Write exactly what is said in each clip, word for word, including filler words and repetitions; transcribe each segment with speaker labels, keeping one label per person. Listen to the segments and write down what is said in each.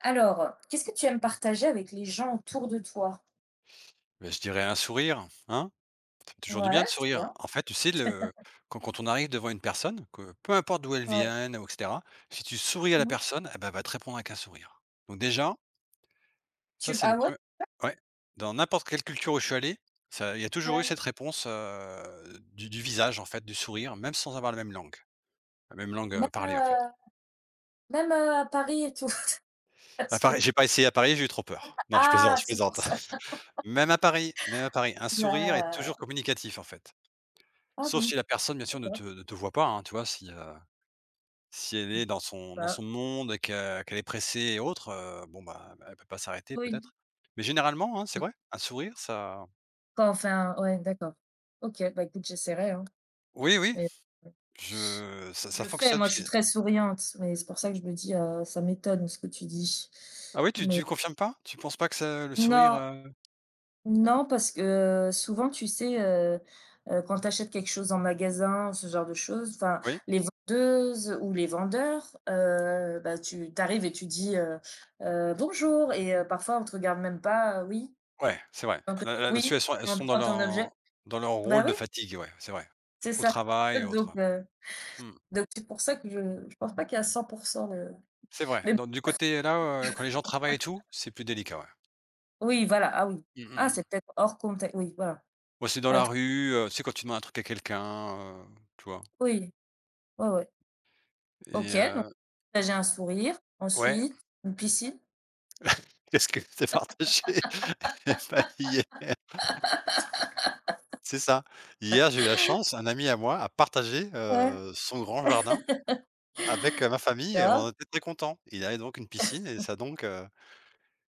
Speaker 1: Alors, qu'est-ce que tu aimes partager avec les gens autour de toi?
Speaker 2: Beh, je dirais un sourire, hein? Ça fait toujours du bien
Speaker 1: Ouais,
Speaker 2: de
Speaker 1: c'est
Speaker 2: sourire.
Speaker 1: bien.
Speaker 2: En fait, tu sais, le quand quand on arrive devant une personne, que peu importe d'où elle
Speaker 1: Ouais.
Speaker 2: vient, ou et cetera, si tu souris à la
Speaker 1: Mmh.
Speaker 2: personne, eh ben, elle va te répondre avec un sourire. Donc déjà, ça,
Speaker 1: Tu
Speaker 2: c'est une
Speaker 1: ah ouais?
Speaker 2: première. Re Ouais, dans n'importe quelle culture où je suis allé, ça il y a toujours eu
Speaker 1: Ouais.
Speaker 2: cette réponse, heu, du du visage, en fait, du sourire, même sans avoir la même langue, la même langue,
Speaker 1: Même,
Speaker 2: heu, parlée, en fait.
Speaker 1: heu, même, heu, à Paris et tout?
Speaker 2: À
Speaker 1: Parce que
Speaker 2: Paris j'ai pas essayé à Paris, j'ai eu trop peur. Non, je
Speaker 1: ah,
Speaker 2: plaisante, je
Speaker 1: c'est pour
Speaker 2: plaisante.
Speaker 1: ça.
Speaker 2: Même à Paris même à Paris, un sourire est toujours
Speaker 1: Bah,
Speaker 2: communicatif, en fait.
Speaker 1: ah
Speaker 2: Sauf si
Speaker 1: bon?
Speaker 2: la personne bien sûr ne
Speaker 1: D'accord.
Speaker 2: te ne te voit pas, hein, tu vois? Si, heu, si elle est dans son dans
Speaker 1: Bah,
Speaker 2: son monde et que qu'elle est pressée et autres, heu, bon, bah, elle peut pas s'arrêter
Speaker 1: oui.
Speaker 2: peut-être. Mais généralement, hein, c'est
Speaker 1: Mmh.
Speaker 2: vrai, un sourire ça
Speaker 1: Quand enfin, ouais, d'accord. OK, bah, écoute, j'essaierai, hein,
Speaker 2: oui, oui,
Speaker 1: mais ouais.
Speaker 2: je ça
Speaker 1: Je
Speaker 2: ça
Speaker 1: le fais,
Speaker 2: fonctionne
Speaker 1: moi,
Speaker 2: parce
Speaker 1: je
Speaker 2: que
Speaker 1: suis très souriante, mais c'est pour ça que je me dis, heu, ça m'étonne ce que tu dis,
Speaker 2: ah oui, tu
Speaker 1: mais
Speaker 2: tu confirmes pas? Tu penses pas que ça le sourire,
Speaker 1: non.
Speaker 2: heu
Speaker 1: Non, parce que, heu, souvent, tu sais, heu heu, quand tu achètes quelque chose en magasin, ce genre de choses, enfin,
Speaker 2: oui?
Speaker 1: les vendeuses ou les vendeurs, heu, bah, tu t'arrives et tu dis, heu heu: «Bonjour» et heu, parfois, on te regarde même pas, heu, oui,
Speaker 2: Ouais, c'est vrai.
Speaker 1: on te
Speaker 2: Là là Là-dessus,
Speaker 1: oui,
Speaker 2: elles sont elles
Speaker 1: on
Speaker 2: sont
Speaker 1: te
Speaker 2: dans
Speaker 1: prend ton objet.
Speaker 2: leur dans leur
Speaker 1: Bah,
Speaker 2: rôle de
Speaker 1: oui,
Speaker 2: fatigue, ouais, c'est vrai.
Speaker 1: c'est
Speaker 2: Au
Speaker 1: ça.
Speaker 2: travail et
Speaker 1: Donc
Speaker 2: autres.
Speaker 1: heu,
Speaker 2: Mmh.
Speaker 1: donc c'est pour ça que je je pense pas qu'il y a cent de
Speaker 2: C'est vrai.
Speaker 1: mais b
Speaker 2: Donc du côté là, heu, quand les gens travaillent et tout, c'est plus délicat, ouais.
Speaker 1: oui, voilà, ah oui.
Speaker 2: Mmh mh
Speaker 1: Ah,
Speaker 2: mh.
Speaker 1: c'est peut-être hors contexte, oui, voilà.
Speaker 2: Ouais, c'est dans
Speaker 1: Ouais,
Speaker 2: la rue, heu, tu sais quand tu demandes un truc à quelqu'un, heu, tu vois?
Speaker 1: oui, ouais, ouais. OK.
Speaker 2: Et heu
Speaker 1: Là, j'ai un sourire,
Speaker 2: ouais,
Speaker 1: ensuite une piscine.
Speaker 2: qu'est-ce que tu as partagé? Et bah, hier c'est ça. Hier, j'ai eu la chance, un ami à moi a partagé,
Speaker 1: Ouais,
Speaker 2: heu, son grand jardin avec, heu, ma famille et on
Speaker 1: ça,
Speaker 2: était très contents. Il avait donc une piscine et ça donc, heu,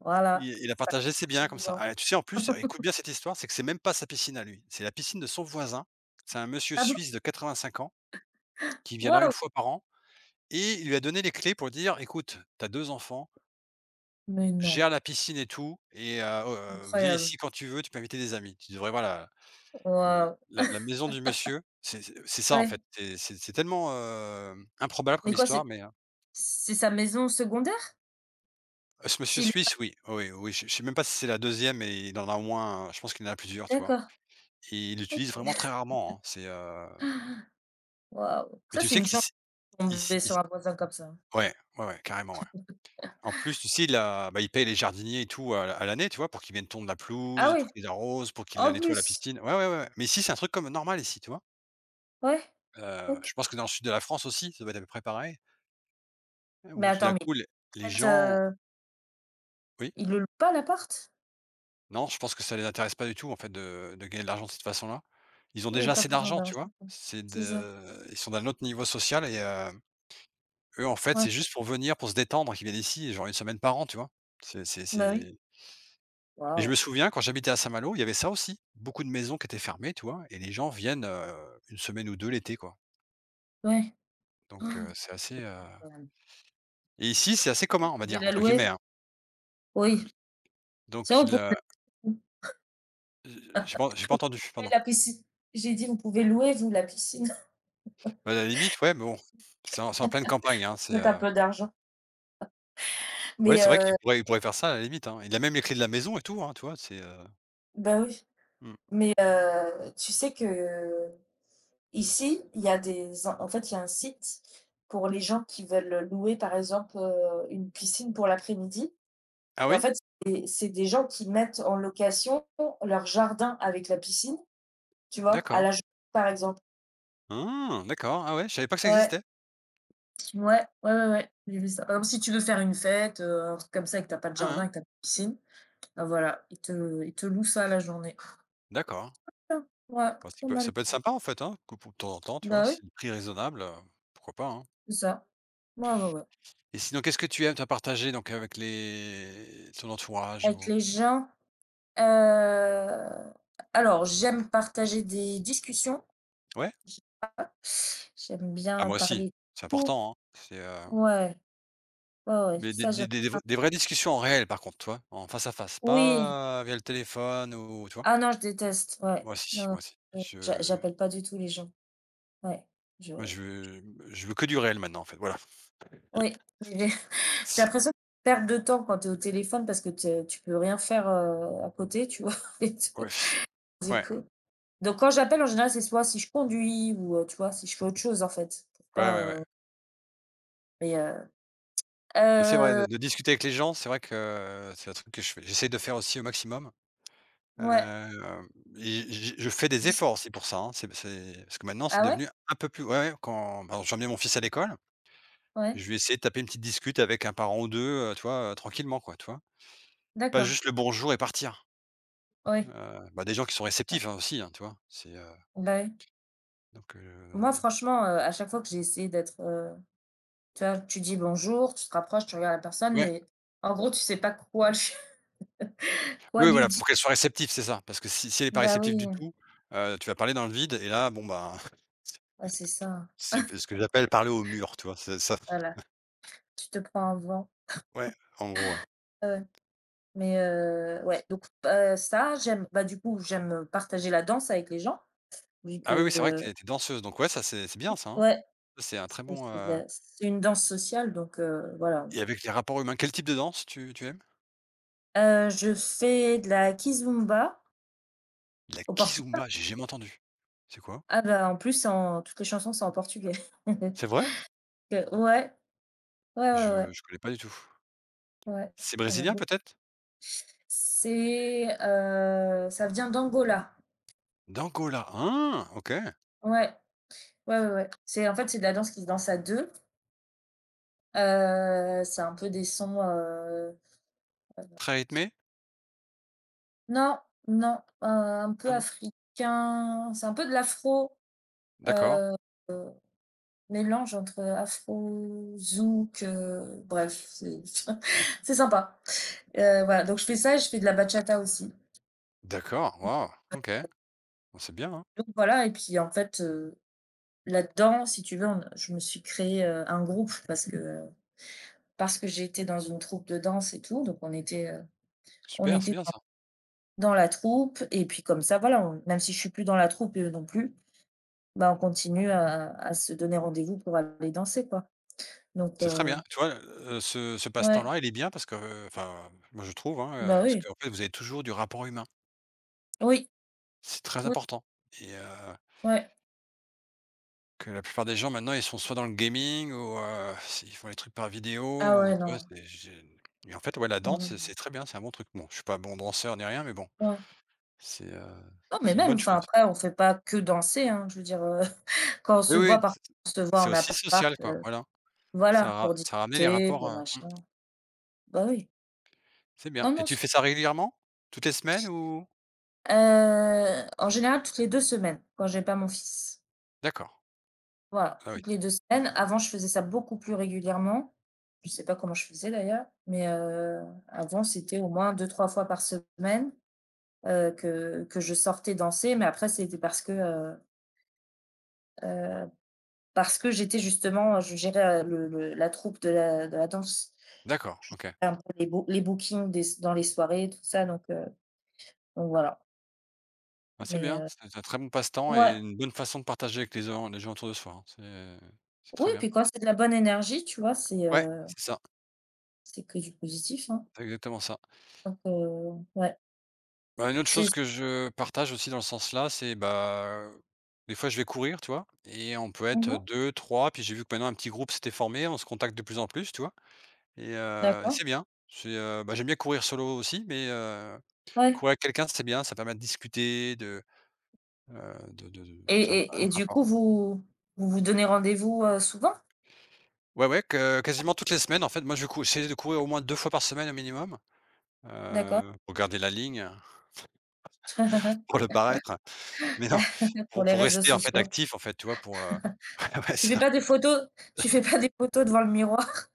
Speaker 1: voilà,
Speaker 2: il il a
Speaker 1: ça
Speaker 2: partagé ses biens
Speaker 1: chez
Speaker 2: comme
Speaker 1: les
Speaker 2: ça.
Speaker 1: gens.
Speaker 2: Ah, tu sais en plus, écoute bien cette histoire, c'est que c'est même pas sa piscine à lui, c'est la piscine de son voisin. C'est un monsieur
Speaker 1: Ah bon?
Speaker 2: suisse de quatre-vingt-cinq ans qui vient là une
Speaker 1: Waouh!
Speaker 2: fois par an et il lui a donné les clés pour dire: «Écoute, t'as deux enfants».
Speaker 1: Mais non,
Speaker 2: Gère la piscine et tout et heu oh, heu, viens
Speaker 1: incroyable.
Speaker 2: ici quand tu veux, tu peux inviter des amis. Tu devrais voir la la
Speaker 1: Waouh,
Speaker 2: la la maison du monsieur. C'est c'est c'est ça en
Speaker 1: ouais.
Speaker 2: fait, c'est c'est c'est tellement, hem, improbable
Speaker 1: Mais
Speaker 2: comme
Speaker 1: quoi,
Speaker 2: histoire
Speaker 1: c'est
Speaker 2: mais heu,
Speaker 1: c'est sa maison secondaire?
Speaker 2: ce monsieur
Speaker 1: S'il
Speaker 2: suisse, oui, oui, oui, je je sais même pas si c'est la deuxième, mais il en a au moins, euh, je pense qu'il en a plusieurs, tu vois?
Speaker 1: d'accord,
Speaker 2: Et il l'utilise vraiment très rarement, hein. C'est, heu
Speaker 1: waouh.
Speaker 2: et
Speaker 1: Ça,
Speaker 2: tu
Speaker 1: c'est
Speaker 2: sais
Speaker 1: une
Speaker 2: qu'il
Speaker 1: chance
Speaker 2: s
Speaker 1: de
Speaker 2: il s
Speaker 1: tomber
Speaker 2: il s
Speaker 1: sur un voisin comme ça.
Speaker 2: ouais, ouais, ouais, carrément, ouais. En plus, ici, la bah, ils payent les jardiniers et tout à à l'année, tu vois? Pour qu'ils viennent tondre la
Speaker 1: Ah
Speaker 2: pelouse, pour
Speaker 1: oui,
Speaker 2: qu'ils arrosent, pour qu'ils, la
Speaker 1: en
Speaker 2: nettoient la
Speaker 1: plus?
Speaker 2: piscine. Ouais, ouais, ouais, ouais. Mais ici, c'est un truc comme normal ici, tu vois?
Speaker 1: Ouais,
Speaker 2: Heu,
Speaker 1: OK.
Speaker 2: je pense que dans le sud de la France aussi, ça doit être à peu près pareil, hein,
Speaker 1: Mais
Speaker 2: où tout
Speaker 1: attends,
Speaker 2: d'un
Speaker 1: mais
Speaker 2: coup les
Speaker 1: il
Speaker 2: les
Speaker 1: prête,
Speaker 2: gens
Speaker 1: heu,
Speaker 2: oui?
Speaker 1: il le loue pas l'appart?
Speaker 2: Non, je pense que ça les intéresse pas du tout en fait de de gagner de l'argent de cette façon-là. Ils ont
Speaker 1: Oui,
Speaker 2: déjà
Speaker 1: pas
Speaker 2: assez
Speaker 1: besoin
Speaker 2: d'argent, tu vois?
Speaker 1: d'argent, quoi.
Speaker 2: C'est
Speaker 1: C'est ça,
Speaker 2: de Ils sont d'un autre niveau social et heu, eux, en fait,
Speaker 1: ouais,
Speaker 2: c'est juste pour venir, pour se détendre qu'ils viennent ici, genre une semaine par an, tu vois? C'est c'est
Speaker 1: bah oui.
Speaker 2: c'est Et je me
Speaker 1: Waouh,
Speaker 2: souviens quand j'habitais à Saint-Malo, il y avait ça aussi. Beaucoup de maisons qui étaient fermées, tu vois? Et les gens viennent, heu, une semaine ou deux l'été, quoi.
Speaker 1: ouais.
Speaker 2: Donc heu, c'est assez, heu
Speaker 1: Quand même.
Speaker 2: et ici, c'est assez «commun»,
Speaker 1: Vous
Speaker 2: on va
Speaker 1: pouvez
Speaker 2: dire,
Speaker 1: la
Speaker 2: entre guillemets,
Speaker 1: louer?
Speaker 2: hein.
Speaker 1: Oui. Ça,
Speaker 2: Donc
Speaker 1: on
Speaker 2: il,
Speaker 1: pou
Speaker 2: heu,
Speaker 1: Mmh.
Speaker 2: j'ai pas j'ai pas entendu,
Speaker 1: Ouais,
Speaker 2: pardon.
Speaker 1: la piscine. J'ai dit: «Vous pouvez louer vous la piscine,
Speaker 2: Bah, à la limite, ouais, mais bon, c'est en c'est en pleine campagne, hein, c'est,
Speaker 1: mettre un
Speaker 2: heu
Speaker 1: peu d'argent».
Speaker 2: ouais,
Speaker 1: Mais
Speaker 2: c'est vrai qu'il
Speaker 1: heu,
Speaker 2: pourrait il pourrait faire ça à la limite, hein. Il a même les clés de la maison et tout, hein, tu vois? C'est, heu
Speaker 1: bah, oui,
Speaker 2: mmh.
Speaker 1: mais heu, tu sais que ici il y a des en en fait, il y a un site pour les gens qui veulent louer, par exemple, heu, une piscine pour l'après-midi
Speaker 2: Ah
Speaker 1: et en
Speaker 2: oui?
Speaker 1: fait, c'est c'est des gens qui mettent en location leur jardin avec la piscine, tu vois? À
Speaker 2: D'accord.
Speaker 1: la journée, par exemple.
Speaker 2: Ah! D'accord. Ah ouais, je savais pas que ça
Speaker 1: Ouais,
Speaker 2: existait.
Speaker 1: ouais, ouais, ouais, ouais, j'ai vu ça. Par exemple, si tu veux faire une fête, heu, un truc comme ça et que tu as pas de
Speaker 2: Hein, hein.
Speaker 1: jardin et que tu as pas de piscine. Ah voilà, ils te ils te louent ça la journée.
Speaker 2: D'accord.
Speaker 1: Ah, ouais,
Speaker 2: Bah, ça
Speaker 1: trop
Speaker 2: peut
Speaker 1: mal.
Speaker 2: ça peut être sympa, en fait, hein, que pour de temps en temps, tu vois?
Speaker 1: Bah oui,
Speaker 2: Si le prix est raisonnable, heu, pourquoi pas, hein?
Speaker 1: c'est ça. Ouais, ouais, ouais.
Speaker 2: Et sinon, qu'est-ce que tu aimes, toi, partager donc avec les ton entourage
Speaker 1: Avec
Speaker 2: ou
Speaker 1: les gens, heu, alors j'aime partager des discussions.
Speaker 2: ouais?
Speaker 1: J j'aime
Speaker 2: Ah
Speaker 1: bien
Speaker 2: moi aussi,
Speaker 1: parler de
Speaker 2: c'est
Speaker 1: tout.
Speaker 2: important, hein. C'est, heu,
Speaker 1: Ouais, ouais, ouais,
Speaker 2: mais des
Speaker 1: ça j'aime
Speaker 2: des des v
Speaker 1: bien.
Speaker 2: des vraies discussions en réel par contre, toi, en face à face,
Speaker 1: Oui.
Speaker 2: pas via le téléphone ou tu vois?
Speaker 1: Ah non, je déteste, ouais.
Speaker 2: Moi aussi,
Speaker 1: Non, non,
Speaker 2: moi aussi.
Speaker 1: je j'a
Speaker 2: Je
Speaker 1: j'appelle pas du tout les gens. Ouais, je
Speaker 2: moi je veux je veux que du réel maintenant en fait, voilà.
Speaker 1: oui, j'ai j'ai
Speaker 2: C'est
Speaker 1: l'impression de perdre de temps quand tu es au téléphone parce que te tu peux rien faire, heu, à côté, tu vois? Et
Speaker 2: ouais.
Speaker 1: tout, du
Speaker 2: Ouais,
Speaker 1: coup donc quand j'appelle, en général, c'est soit si je conduis ou heu, tu vois, si je fais autre chose, en fait, pour
Speaker 2: ouais,
Speaker 1: pas,
Speaker 2: ouais, ouais.
Speaker 1: heu mais heu
Speaker 2: Mais c'est vrai de
Speaker 1: heu,
Speaker 2: de discuter avec les gens, c'est vrai que euh, c'est un truc que je fais. J'essaie de faire aussi au maximum.
Speaker 1: ouais,
Speaker 2: Hem et j je fais des
Speaker 1: dis
Speaker 2: efforts aussi pour ça, hein. C'est c'est parce que maintenant c'est
Speaker 1: ah ouais?
Speaker 2: devenu un peu plus ouais, ouais, quand par exemple j'emmenais mon fils à l'école,
Speaker 1: Ouais,
Speaker 2: je vais essayer de taper une petite discute avec un parent ou deux, heu, tu vois, heu, tranquillement quoi, tu vois? Pas
Speaker 1: d'accord,
Speaker 2: juste le bonjour et partir. Heu,
Speaker 1: ouais,
Speaker 2: Bah, des gens qui sont
Speaker 1: ouais,
Speaker 2: réceptifs, hein, aussi, hein, tu vois? C'est, heu,
Speaker 1: bah, oui.
Speaker 2: donc
Speaker 1: Moi,
Speaker 2: heu,
Speaker 1: franchement, heu, à chaque fois que j'ai essayé d'être, heu, tu vois, tu dis bonjour, tu te rapproches, tu regardes la personne,
Speaker 2: ouais,
Speaker 1: mais en gros, tu sais pas quoi lui quoi
Speaker 2: oui,
Speaker 1: lui
Speaker 2: voilà,
Speaker 1: dire.
Speaker 2: faut qu'elle soit réceptive, c'est ça, parce que si si elle est pas
Speaker 1: Bah, oui,
Speaker 2: réceptive du tout, heu, tu vas parler dans le vide et là, bon, bah,
Speaker 1: bah, c'est ça,
Speaker 2: c'est ce que j'appelle parler au mur, tu vois? C'est ça.
Speaker 1: voilà, tu te prends un vent.
Speaker 2: Ouais, en gros, ouais.
Speaker 1: Ouais, ouais, mais heu, ouais, donc heu, ça, j'aime bah, du coup, j'aime partager la danse avec les gens, vu
Speaker 2: Ah oui, oui, c'est vrai que
Speaker 1: que
Speaker 2: t'es es danseuse, donc ouais, ça c'est c'est bien ça, hein?
Speaker 1: ouais.
Speaker 2: C'est un très
Speaker 1: Parce que
Speaker 2: bon,
Speaker 1: c'est de
Speaker 2: heu
Speaker 1: la c'est une danse sociale donc heu, voilà.
Speaker 2: et avec les rapports humains, quel type de danse tu tu aimes?
Speaker 1: Heu, je fais de la kizomba
Speaker 2: La
Speaker 1: au Portugal.
Speaker 2: kizumba. J'ai jamais entendu. C'est quoi?
Speaker 1: Ah bah, en plus, en toutes les chansons sont en portugais.
Speaker 2: C'est
Speaker 1: Heu,
Speaker 2: vrai?
Speaker 1: ouais, ouais, ouais, ouais,
Speaker 2: Je je connais pas du tout.
Speaker 1: ouais,
Speaker 2: C'est
Speaker 1: on a
Speaker 2: brésilien
Speaker 1: beaucoup.
Speaker 2: peut-être?
Speaker 1: C'est, heu, ça vient d'Angola.
Speaker 2: D'Angola, ah! OK.
Speaker 1: Ouais, ouais, ouais, ouais. C'est en fait, c'est de la danse qui se danse à deux. Heu, c'est un peu des sons, heu,
Speaker 2: Très rythmé?
Speaker 1: non, non, euh, un
Speaker 2: Ah
Speaker 1: peu
Speaker 2: non?
Speaker 1: africains, c'est un peu de l'afro, euh,
Speaker 2: D'accord.
Speaker 1: mélange entre afro, zouk, heu, bref, c'est c'est sympa. Heu, voilà, donc je fais ça et je fais de la bachata aussi.
Speaker 2: D'accord, waouh! OK. Bah, c'est bien, hein.
Speaker 1: Donc voilà et puis en fait, heu, là-dedans, si tu veux, on je me suis créé, heu, un groupe parce que, heu, parce que j'étais dans une troupe de danse et tout, donc on était, heu, on
Speaker 2: Super, c'est
Speaker 1: était
Speaker 2: bien
Speaker 1: dans
Speaker 2: ça.
Speaker 1: la troupe et puis comme ça, voilà, on même si je suis plus dans la troupe et eux non plus, bah, on continue à à se donner rendez-vous pour aller danser, quoi. Donc
Speaker 2: C'est très
Speaker 1: heu,
Speaker 2: bien. Tu vois, heu, ce ce
Speaker 1: ouais,
Speaker 2: passe-temps-là, il est bien parce que, heu, enfin, moi je trouve, hein, heu,
Speaker 1: bah,
Speaker 2: parce
Speaker 1: oui.
Speaker 2: qu'en fait, vous avez toujours du rapport humain.
Speaker 1: Oui,
Speaker 2: C'est très
Speaker 1: oui,
Speaker 2: important et heu
Speaker 1: ouais.
Speaker 2: que la plupart des gens maintenant, ils sont soit dans le gaming ou heu, ils font les trucs par vidéo
Speaker 1: Ah
Speaker 2: ou
Speaker 1: ouais,
Speaker 2: tu vois?
Speaker 1: non.
Speaker 2: C'est j'ai Et en fait, ouais, la danse, c'est
Speaker 1: Ouais,
Speaker 2: c'est très bien, c'est un bon truc. Bon, je suis pas bon danseur ni rien, mais bon,
Speaker 1: ouais.
Speaker 2: c'est, heu,
Speaker 1: Non, mais
Speaker 2: c'est, une
Speaker 1: même,
Speaker 2: bonne
Speaker 1: enfin,
Speaker 2: chose.
Speaker 1: après, on fait pas que danser, hein. Je veux dire, heu, quand on
Speaker 2: Oui,
Speaker 1: se
Speaker 2: oui,
Speaker 1: voit par on se voit
Speaker 2: c'est
Speaker 1: en
Speaker 2: aussi
Speaker 1: appart,
Speaker 2: social, quoi,
Speaker 1: heu,
Speaker 2: voilà. Ça
Speaker 1: voilà,
Speaker 2: ra
Speaker 1: pour
Speaker 2: ça a ramené les
Speaker 1: discuter,
Speaker 2: rapports,
Speaker 1: pour
Speaker 2: heu, mmh,
Speaker 1: machin. Bah, oui.
Speaker 2: c'est bien
Speaker 1: Non,
Speaker 2: et
Speaker 1: non,
Speaker 2: tu
Speaker 1: c'est
Speaker 2: fais ça régulièrement? Toutes les semaines ou?
Speaker 1: heu, en général, toutes les deux semaines, quand j'ai pas mon fils.
Speaker 2: D'accord,
Speaker 1: Voilà,
Speaker 2: ah oui,
Speaker 1: toutes les deux semaines. Avant, je faisais ça beaucoup plus régulièrement. Je sais pas comment je faisais d'ailleurs, mais heu, avant, c'était au moins deux trois fois par semaine, heu, que que je sortais danser, mais après, c'était parce que, heu, heu parce que j'étais justement, euh, je gérais euh, le, le- la troupe de la, de la danse,
Speaker 2: d'accord,
Speaker 1: je
Speaker 2: OK.
Speaker 1: gérais un peu les, boo- les bookings des- dans les soirées, tout ça, donc, euh, donc voilà.
Speaker 2: Ah, c'est
Speaker 1: Mais
Speaker 2: bien,
Speaker 1: euh,
Speaker 2: c'est un très bon passe-temps
Speaker 1: ouais,
Speaker 2: et une bonne façon de partager avec les gens les gens autour de soi, hein. C'est c'est très
Speaker 1: oui,
Speaker 2: bien.
Speaker 1: puis quand c'est de la bonne énergie, tu vois, c'est
Speaker 2: Ouais,
Speaker 1: euh,
Speaker 2: c'est ça,
Speaker 1: c'est que du positif, hein.
Speaker 2: c'est exactement ça.
Speaker 1: Donc euh, ouais,
Speaker 2: Bah, une autre chose
Speaker 1: c'est.
Speaker 2: que je partage aussi dans le sens-là, c'est, bah, des fois je vais courir, tu vois? Et on peut être
Speaker 1: Mhm.
Speaker 2: deux, trois, puis j'ai vu que maintenant un petit groupe s'était formé, on se contacte de plus en plus, tu vois? Et heu, c'est
Speaker 1: D'accord,
Speaker 2: bien. C'est, heu, bah, j'aime bien courir solo aussi, mais heu,
Speaker 1: ouais.
Speaker 2: courir avec quelqu'un, c'est bien, ça permet de discuter, de, heu, de de de
Speaker 1: Et,
Speaker 2: ça me
Speaker 1: et,
Speaker 2: un
Speaker 1: et du
Speaker 2: rapport.
Speaker 1: coup, vous vous, vous donnez rendez-vous euh, souvent,
Speaker 2: Ouais, ouais, que quasiment toutes les semaines, en fait, moi je cou j'essaie de courir au moins deux fois par semaine au minimum,
Speaker 1: d'accord,
Speaker 2: heu, pour garder la ligne, pour le paraître, mais non, pour
Speaker 1: pour les
Speaker 2: pour
Speaker 1: réseaux
Speaker 2: rester, en fait,
Speaker 1: sociaux.
Speaker 2: actif, en fait, tu vois? Pour, heu ouais,
Speaker 1: Tu
Speaker 2: c'est
Speaker 1: fais
Speaker 2: ça.
Speaker 1: pas des photos, tu fais pas des photos devant le miroir,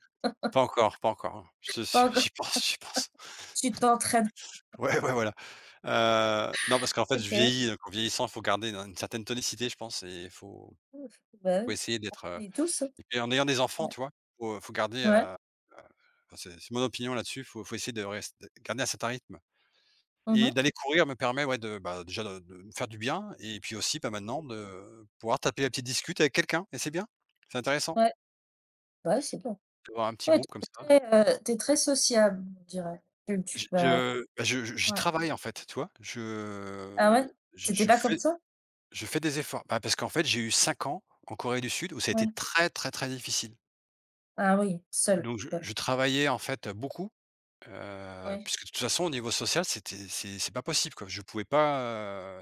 Speaker 2: Pas encore, pas encore, hein. Je je
Speaker 1: pas encore.
Speaker 2: J'y pense, j'y pense.
Speaker 1: Tu t'entraînes,
Speaker 2: Ouais, ouais, voilà. Heu, non, parce qu'en fait, je
Speaker 1: ok.
Speaker 2: vieillis, donc en vieillissant, il faut garder une une certaine tonicité, je pense et il faut
Speaker 1: Ouf, bah,
Speaker 2: faut essayer d'être, heu
Speaker 1: oui, et tous, hein.
Speaker 2: et puis en ayant des enfants,
Speaker 1: Ouais,
Speaker 2: tu vois? Faut, faut garder, heu
Speaker 1: ouais.
Speaker 2: heu, enfin, c'est c'est mon opinion là-dessus, faut faut essayer de rest de garder un certain rythme
Speaker 1: Mmh
Speaker 2: et
Speaker 1: mh.
Speaker 2: d'aller courir me permet, ouais, de, bah, déjà de de me faire du bien et puis aussi, bah, maintenant de pouvoir taper la petite discute avec quelqu'un et c'est bien, c'est intéressant
Speaker 1: Ouais, bah, ouais, c'est bien.
Speaker 2: d'avoir un petit
Speaker 1: Ouais, tu
Speaker 2: groupe comme ça.
Speaker 1: es très, heu, tu es très sociable, on dirait. Tu tu
Speaker 2: J
Speaker 1: vas
Speaker 2: je Bah, je je j'y
Speaker 1: ouais.
Speaker 2: travaille en fait, tu vois?
Speaker 1: Ah
Speaker 2: Je
Speaker 1: ouais? Tu
Speaker 2: je
Speaker 1: étais
Speaker 2: je
Speaker 1: pas comme
Speaker 2: fais
Speaker 1: ça?
Speaker 2: je fais des efforts. Bah, parce qu'en fait, j'ai eu cinq ans en Corée du Sud où ça a
Speaker 1: Ouais.
Speaker 2: été très, très, très difficile.
Speaker 1: Ah oui, seule,
Speaker 2: Donc je
Speaker 1: ouais.
Speaker 2: je travaillais en fait, beaucoup, heu,
Speaker 1: Ouais,
Speaker 2: puisque de toute façon au niveau social, c'était c'est c'est pas possible quoi. Je pouvais pas,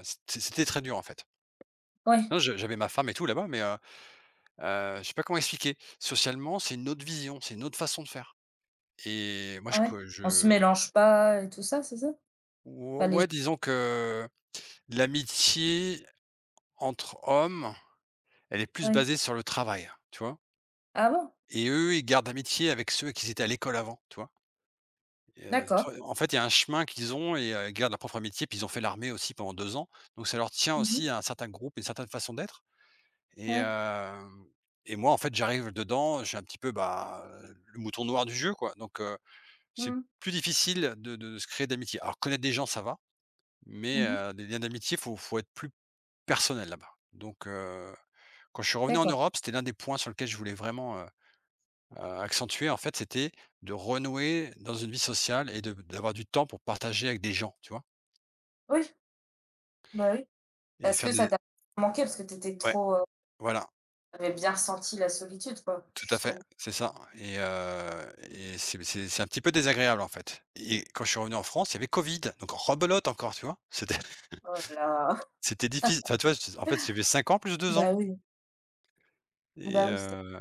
Speaker 2: heu, c'é c'était très dur en fait.
Speaker 1: ouais.
Speaker 2: Non, je j'avais ma femme et tout là-bas, mais, heu heu, je sais pas comment expliquer. Socialement, c'est une autre vision, c'est une autre façon de faire et moi je
Speaker 1: Ah ouais?
Speaker 2: co
Speaker 1: On se
Speaker 2: je
Speaker 1: mélange pas et tout ça, c'est ça?
Speaker 2: ou
Speaker 1: Enfin les gens
Speaker 2: ouais, disons que l'amitié entre hommes, elle est plus
Speaker 1: ouais.
Speaker 2: basée sur le travail, tu vois?
Speaker 1: Ah bon?
Speaker 2: Et eux, ils gardent amitié avec ceux qui étaient à l'école avant, tu vois? Et heu,
Speaker 1: D'accord.
Speaker 2: tu vois? En fait, il y a un chemin qu'ils ont et heu, ils gardent leur propre amitié, puis ils ont fait l'armée aussi pendant deux ans, donc ça leur tient
Speaker 1: Mmh
Speaker 2: aussi à
Speaker 1: mh.
Speaker 2: un certain groupe, une certaine façon d'être et
Speaker 1: Ouais.
Speaker 2: hem et moi, en fait, j'arrive dedans, je suis un petit peu, bah, le mouton noir du jeu, quoi, donc heu, c'est
Speaker 1: Mmh.
Speaker 2: plus difficile de de se créer d'amitié. Alors connaître des gens, ça va, mais
Speaker 1: Mmh mh.
Speaker 2: heu, des liens d'amitié, faut faut être plus personnel là-bas, donc heu quand je suis revenu en
Speaker 1: D'accord.
Speaker 2: Europe, c'était l'un des points sur lequel je voulais vraiment, heu heu, accentuer, en fait, c'était de renouer dans une vie sociale et de d'avoir du temps pour partager avec des gens, tu vois?
Speaker 1: Oui, bah, oui.
Speaker 2: Et
Speaker 1: Est-ce
Speaker 2: faire
Speaker 1: que ça
Speaker 2: des
Speaker 1: t'a manqué parce que tu étais
Speaker 2: ouais,
Speaker 1: trop, heu,
Speaker 2: voilà,
Speaker 1: tu avais bien ressenti la solitude, quoi,
Speaker 2: tout à
Speaker 1: jusqu'au
Speaker 2: fait,
Speaker 1: bout?
Speaker 2: c'est ça et heu et c'est c'est c'est un petit peu désagréable, en fait, et quand je suis revenu en France, il y avait Covid, donc rebelote encore, tu vois? C'était
Speaker 1: Oh là là.
Speaker 2: c'était difficile, enfin, tu vois, en fait, j'ai fait cinq ans plus deux
Speaker 1: Bah,
Speaker 2: ans
Speaker 1: oui.
Speaker 2: et
Speaker 1: Bah, oui, c'est.
Speaker 2: heu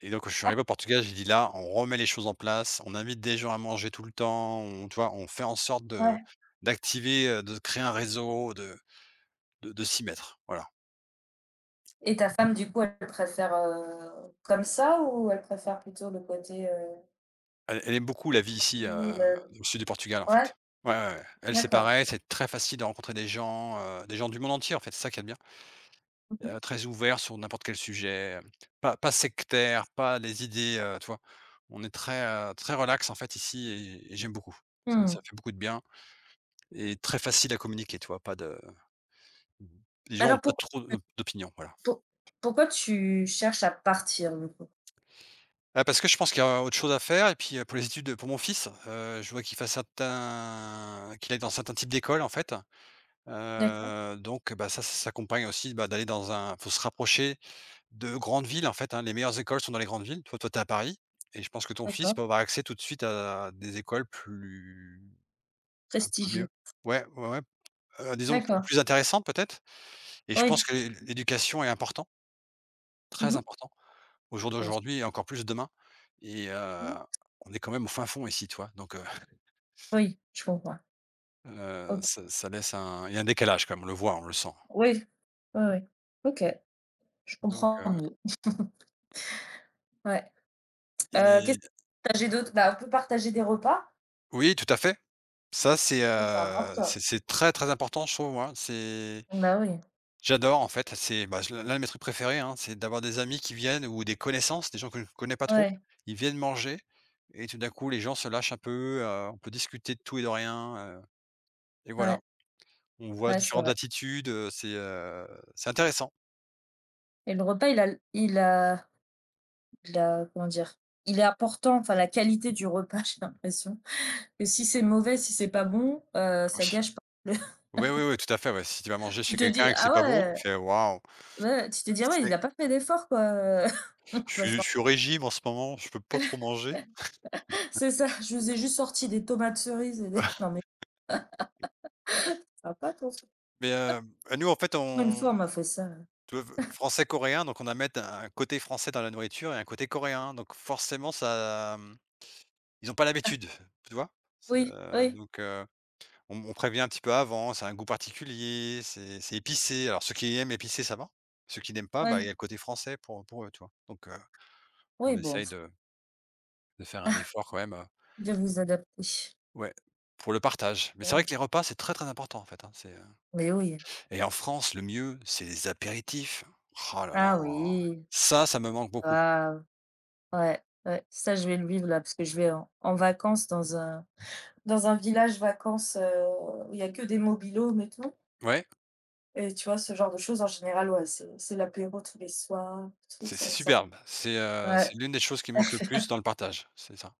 Speaker 2: et donc, quand je suis arrivé au Portugal, j'ai dit: «Là, on remet les choses en place, on invite des gens à manger tout le temps, on» tu vois? On fait en sorte de
Speaker 1: Ouais.
Speaker 2: d'activer, heu, de créer un réseau, de de de s'y mettre, voilà.
Speaker 1: Et ta femme, du coup, elle préfère, heu, comme ça ou elle préfère plutôt le côté, heu,
Speaker 2: Elle elle aime beaucoup la vie ici, heu,
Speaker 1: Mmh. le
Speaker 2: dans le sud du Portugal, en
Speaker 1: ouais?
Speaker 2: fait. Ouais, ouais, ouais. Elle, c'est
Speaker 1: D'accord.
Speaker 2: pareil, c'est très facile de rencontrer des gens, heu, des gens du monde entier, en fait, c'est ça qui est bien.
Speaker 1: Mmh mh.
Speaker 2: Heu, très ouvert sur n'importe quel sujet, hem, pas pas sectaire, pas des idées, heu, tu vois? On est très, heu, très relax, en fait, ici et et j'aime beaucoup. Ça
Speaker 1: Mmh.
Speaker 2: ça fait beaucoup de bien et très facile à communiquer, tu vois? Pas de Mmh. Les gens ont
Speaker 1: Alors
Speaker 2: pas
Speaker 1: pourquoi
Speaker 2: trop d'op d'opinions, voilà.
Speaker 1: pour pourquoi tu cherches à partir, du coup?
Speaker 2: Bah, parce que je pense qu'il y a autre chose à faire et puis, heu, pour les études pour mon fils, heu, je vois qu'il fasse certains qu'il aille dans certains types d'écoles, en fait,
Speaker 1: D'accord,
Speaker 2: heu, donc bah, ça, ça s'accompagne aussi, bah, d'aller dans un faut se rapprocher de grandes villes, en fait, hein. Les meilleures écoles sont dans les grandes villes. Toi toi, t'es à Paris et je pense que ton fils
Speaker 1: d'accord.
Speaker 2: peut avoir accès tout de suite à des écoles plus un peu
Speaker 1: Prestigieux.
Speaker 2: mieux. Ouais, ouais, ouais, heu, disons plus
Speaker 1: D'accord.
Speaker 2: plus intéressantes peut-être et je pense
Speaker 1: Oui.
Speaker 2: que l'é l'éducation est important, très
Speaker 1: Mmh.
Speaker 2: important. Au jour
Speaker 1: Bien sûr.
Speaker 2: d'aujourd'hui et encore plus demain et heu,
Speaker 1: Mmh.
Speaker 2: on est quand même au fin fond ici, tu vois? Donc heu
Speaker 1: Oui, je comprends.
Speaker 2: heu,
Speaker 1: OK.
Speaker 2: ça ça laisse un il y a un décalage quand même, on le voit, on le sent.
Speaker 1: Oui. Oui, oui. OK, je
Speaker 2: Donc
Speaker 1: comprends
Speaker 2: heu
Speaker 1: mieux. Ouais. Heu,
Speaker 2: et
Speaker 1: qu'est-ce que tu d'autre? Bah, on peut partager des repas.
Speaker 2: oui, tout à fait. Ça, c'est,
Speaker 1: Ça, c'est
Speaker 2: heu, c'est
Speaker 1: important.
Speaker 2: c'est très, très important, je trouve, moi. C'est
Speaker 1: Bah, oui.
Speaker 2: j'adore, en fait, c'est, bah, je l'un de mes trucs préférés, hein, c'est d'avoir des amis qui viennent ou des connaissances, des gens que je connais pas trop.
Speaker 1: Ouais,
Speaker 2: Ils viennent manger et tout d'un coup, les gens se lâchent un peu, heu, on peut discuter de tout et de rien, heu et voilà.
Speaker 1: ouais,
Speaker 2: On voit
Speaker 1: ouais, c'est
Speaker 2: différentes
Speaker 1: vrai.
Speaker 2: attitudes, heu, c'est, heu, c'est intéressant.
Speaker 1: Et le repas, il a il a de la, comment dire? Il est important, enfin la qualité du repas, j'ai l'impression que si c'est mauvais, si c'est pas bon, heu, ça
Speaker 2: Oui.
Speaker 1: gâche pas.
Speaker 2: Oui, oui, oui, tout à fait, ouais. Si tu vas manger
Speaker 1: Tu
Speaker 2: chez
Speaker 1: te
Speaker 2: quelqu'un
Speaker 1: dis:
Speaker 2: et que c'est
Speaker 1: «Ah
Speaker 2: pas bon,
Speaker 1: ouais,
Speaker 2: tu fais: «Waouh,
Speaker 1: ouais», tu te dis: «Ah ouais, il
Speaker 2: c'est
Speaker 1: a pas fait d'effort quoi, heu».
Speaker 2: je suis je suis au régime en ce moment, je peux pas trop manger».
Speaker 1: C'est ça, je vous ai juste sorti des tomates cerises et des. Non mais ça va pas ton truc.
Speaker 2: Mais, heu, nous, en fait,
Speaker 1: Moi une fois on
Speaker 2: on
Speaker 1: m'a fait ça.
Speaker 2: tu vois, français-coréen, donc on a mettre un côté français dans la nourriture et un côté coréen, donc forcément ça, mmh, ils ont pas l'habitude, tu vois? C'est,
Speaker 1: Oui,
Speaker 2: heu,
Speaker 1: oui,
Speaker 2: donc, heu, on on prévient un petit peu avant, c'est un goût particulier, c'est c'est épicé. Alors ceux qui aiment épicé, ça va. Ceux qui n'aiment pas, bah, il y a
Speaker 1: oui,
Speaker 2: le côté français pour pour eux, tu vois? Donc, heu, on
Speaker 1: oui bon,
Speaker 2: essaye de de faire un effort quand même, heu
Speaker 1: de vous adapter.
Speaker 2: ouais, pour le partage. Mais c'est vrai
Speaker 1: Ouais,
Speaker 2: que les repas, c'est très, très important, en fait, hein, c'est, heu
Speaker 1: mais oui.
Speaker 2: et en France, le mieux, c'est les apéritifs. Oh là là,
Speaker 1: Ah
Speaker 2: oh,
Speaker 1: oui,
Speaker 2: ça, ça me manque beaucoup.
Speaker 1: ah ouais, ouais, ça je vais le vivre là parce que je vais en en vacances dans un. Dans un village vacances, heu, où il y a que des mobilhomes et tout
Speaker 2: Ouais,
Speaker 1: et tu vois, ce genre de choses en général, ouais, c'est c'est l'apéro tous les soirs, truc,
Speaker 2: c'est c'est
Speaker 1: ça va.
Speaker 2: superbe. C'est, heu, c'est
Speaker 1: Ouais.
Speaker 2: l'une des choses qui me manque le plus dans le partage, c'est ça.